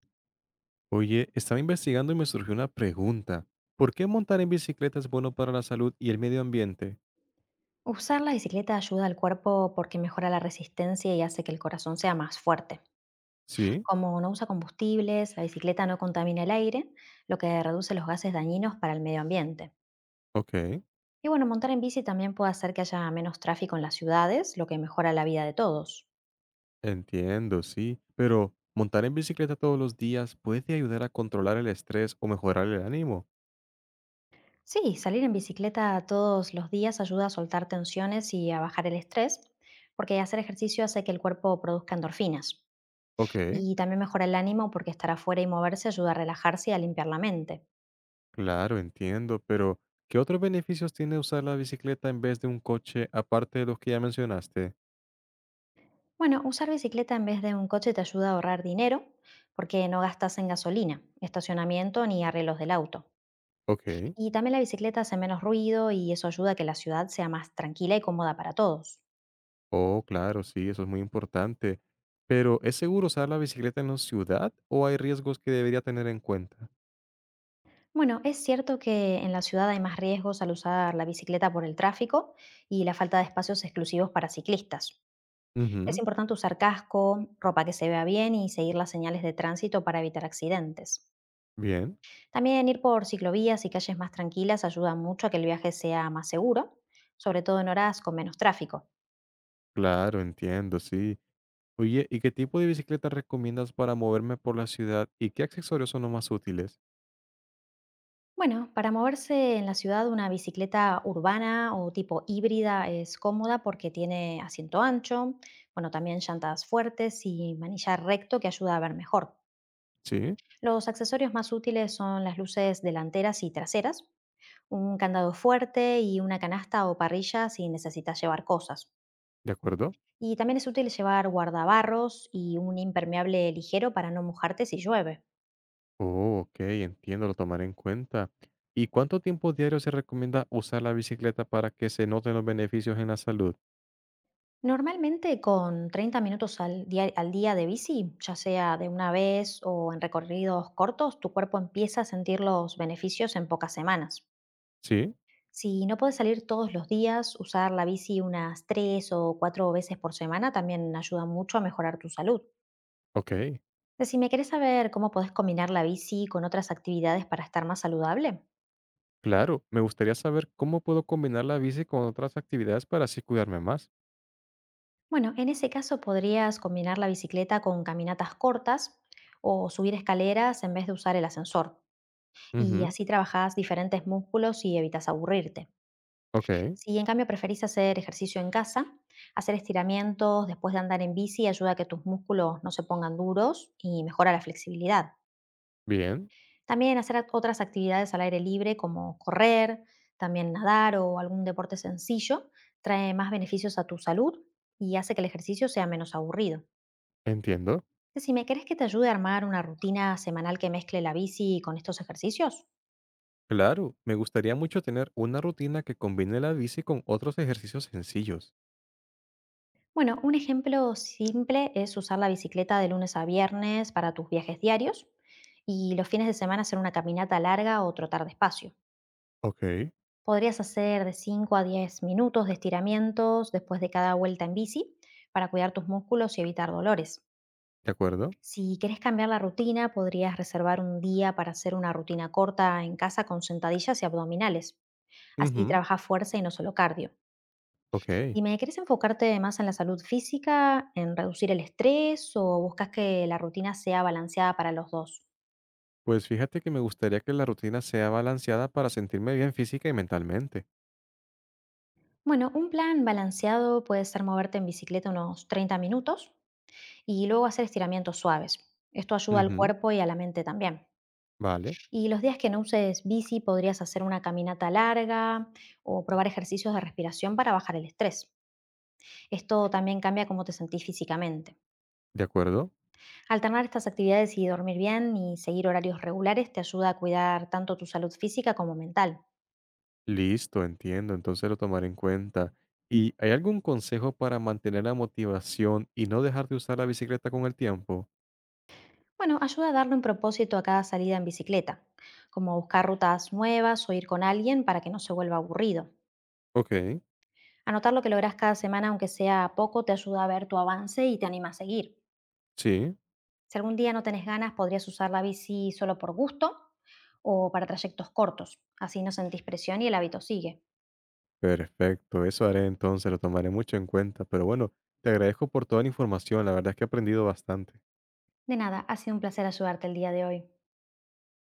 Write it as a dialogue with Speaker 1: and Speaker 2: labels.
Speaker 1: Oye, estaba investigando y me surgió una pregunta. ¿Por qué montar en bicicleta es bueno para la salud y el medio ambiente?
Speaker 2: Usar la bicicleta ayuda al cuerpo porque mejora la resistencia y hace que el corazón sea más fuerte.
Speaker 1: Sí,
Speaker 2: Como no usa combustibles, la bicicleta no contamina el aire, lo que reduce los gases dañinos para el medio ambiente.
Speaker 1: ok,
Speaker 2: Y bueno, montar en bici también puede hacer que haya menos tráfico en las ciudades, lo que mejora la vida de todos.
Speaker 1: entiendo, sí. Pero, ¿montar en bicicleta todos los días puede ayudar a controlar el estrés o mejorar el ánimo?
Speaker 2: Sí, salir en bicicleta todos los días ayuda a soltar tensiones y a bajar el estrés, porque hacer ejercicio hace que el cuerpo produzca endorfinas.
Speaker 1: Ok,
Speaker 2: Y también mejora el ánimo porque estar afuera y moverse ayuda a relajarse y a limpiar la mente.
Speaker 1: claro, entiendo, pero ¿qué otros beneficios tiene usar la bicicleta en vez de un coche aparte de los que ya mencionaste?
Speaker 2: Bueno, usar bicicleta en vez de un coche te ayuda a ahorrar dinero porque no gastas en gasolina, estacionamiento ni arreglos del auto.
Speaker 1: Ok,
Speaker 2: Y también la bicicleta hace menos ruido y eso ayuda a que la ciudad sea más tranquila y cómoda para todos.
Speaker 1: oh, claro, sí, eso es muy importante. Pero, ¿es seguro usar la bicicleta en la ciudad o hay riesgos que debería tener en cuenta?
Speaker 2: Bueno, es cierto que en la ciudad hay más riesgos al usar la bicicleta por el tráfico y la falta de espacios exclusivos para ciclistas. Es
Speaker 1: Ujú,
Speaker 2: importante usar casco, ropa que se vea bien y seguir las señales de tránsito para evitar accidentes.
Speaker 1: bien,
Speaker 2: También ir por ciclovías y calles más tranquilas ayuda mucho a que el viaje sea más seguro, sobre todo en horas con menos tráfico.
Speaker 1: claro, entiendo, sí. Oye, ¿y qué tipo de bicicleta recomiendas para moverme por la ciudad y qué accesorios son los más útiles?
Speaker 2: Bueno, para moverse en la ciudad una bicicleta urbana o tipo híbrida es cómoda porque tiene asiento ancho, bueno, también llantas fuertes y manillar recto que ayuda a ver mejor.
Speaker 1: Sí,
Speaker 2: Los accesorios más útiles son las luces delanteras y traseras, un candado fuerte y una canasta o parrilla si necesitas llevar cosas.
Speaker 1: de acuerdo.
Speaker 2: Y también es útil llevar guardabarros y un impermeable ligero para no mojarte si llueve.
Speaker 1: Oh, ok, entiendo, lo tomaré en cuenta. ¿Y cuánto tiempo diario se recomienda usar la bicicleta para que se noten los beneficios en la salud?
Speaker 2: Normalmente con treinta minutos al día de bici, ya sea de una vez o en recorridos cortos, tu cuerpo empieza a sentir los beneficios en pocas semanas.
Speaker 1: Sí,
Speaker 2: Si no puedes salir todos los días, usar la bici unas 3 o 4 veces por semana también ayuda mucho a mejorar tu salud.
Speaker 1: ok,
Speaker 2: Si me querés saber cómo podés combinar la bici con otras actividades para estar más saludable.
Speaker 1: claro. Me gustaría saber cómo puedo combinar la bici con otras actividades para así cuidarme más.
Speaker 2: Bueno, en ese caso podrías combinar la bicicleta con caminatas cortas o subir escaleras en vez de usar el ascensor. Y
Speaker 1: Ujú,
Speaker 2: así trabajás diferentes músculos y evitas aburrirte.
Speaker 1: ok,
Speaker 2: Si en cambio preferís hacer ejercicio en casa, hacer estiramientos después de andar en bici ayuda a que tus músculos no se pongan duros y mejora la flexibilidad.
Speaker 1: bien,
Speaker 2: También hacer otras actividades al aire libre como correr, también nadar o algún deporte sencillo trae más beneficios a tu salud y hace que el ejercicio sea menos aburrido.
Speaker 1: entiendo.
Speaker 2: Si me querés que te ayude a armar una rutina semanal que mezcle la bici con estos ejercicios.
Speaker 1: Claro, me gustaría mucho tener una rutina que combine la bici con otros ejercicios sencillos.
Speaker 2: Bueno, un ejemplo simple es usar la bicicleta de lunes a viernes para tus viajes diarios y los fines de semana hacer una caminata larga o trotar despacio.
Speaker 1: Ok.
Speaker 2: Podrías hacer de 5 a 10 minutos de estiramientos después de cada vuelta en bici para cuidar tus músculos y evitar dolores.
Speaker 1: ¿De acuerdo?
Speaker 2: Si querés cambiar la rutina, podrías reservar un día para hacer una rutina corta en casa con sentadillas y abdominales. Así
Speaker 1: Ujú,
Speaker 2: trabajas fuerza y no solo cardio.
Speaker 1: ok.
Speaker 2: Dime, ¿querés enfocarte más en la salud física, en reducir el estrés o buscas que la rutina sea balanceada para los dos?
Speaker 1: Pues fíjate que me gustaría que la rutina sea balanceada para sentirme bien física y mentalmente.
Speaker 2: Bueno, un plan balanceado puede ser moverte en bicicleta unos 30 minutos y luego hacer estiramientos suaves. Esto ayuda al
Speaker 1: Ujú,
Speaker 2: cuerpo y a la mente también.
Speaker 1: vale.
Speaker 2: Y los días que no uses bici podrías hacer una caminata larga o probar ejercicios de respiración para bajar el estrés. Esto también cambia cómo te sentís físicamente.
Speaker 1: ¿De acuerdo?
Speaker 2: Alternar estas actividades y dormir bien y seguir horarios regulares te ayuda a cuidar tanto tu salud física como mental.
Speaker 1: Listo, entiendo. Entonces lo tomaré en cuenta. ¿Y hay algún consejo para mantener la motivación y no dejar de usar la bicicleta con el tiempo?
Speaker 2: Bueno, ayuda a darle un propósito a cada salida en bicicleta, como buscar rutas nuevas o ir con alguien para que no se vuelva aburrido.
Speaker 1: Ok.
Speaker 2: Anotar lo que lográs cada semana, aunque sea poco, te ayuda a ver tu avance y te anima a seguir.
Speaker 1: Sí.
Speaker 2: Si algún día no tenés ganas, podrías usar la bici solo por gusto o para trayectos cortos. Así no sentís presión y el hábito sigue.
Speaker 1: Perfecto, eso haré entonces, lo tomaré mucho en cuenta, pero bueno, te agradezco por toda la información, la verdad es que he aprendido bastante.
Speaker 2: De nada, ha sido un placer ayudarte el día de hoy.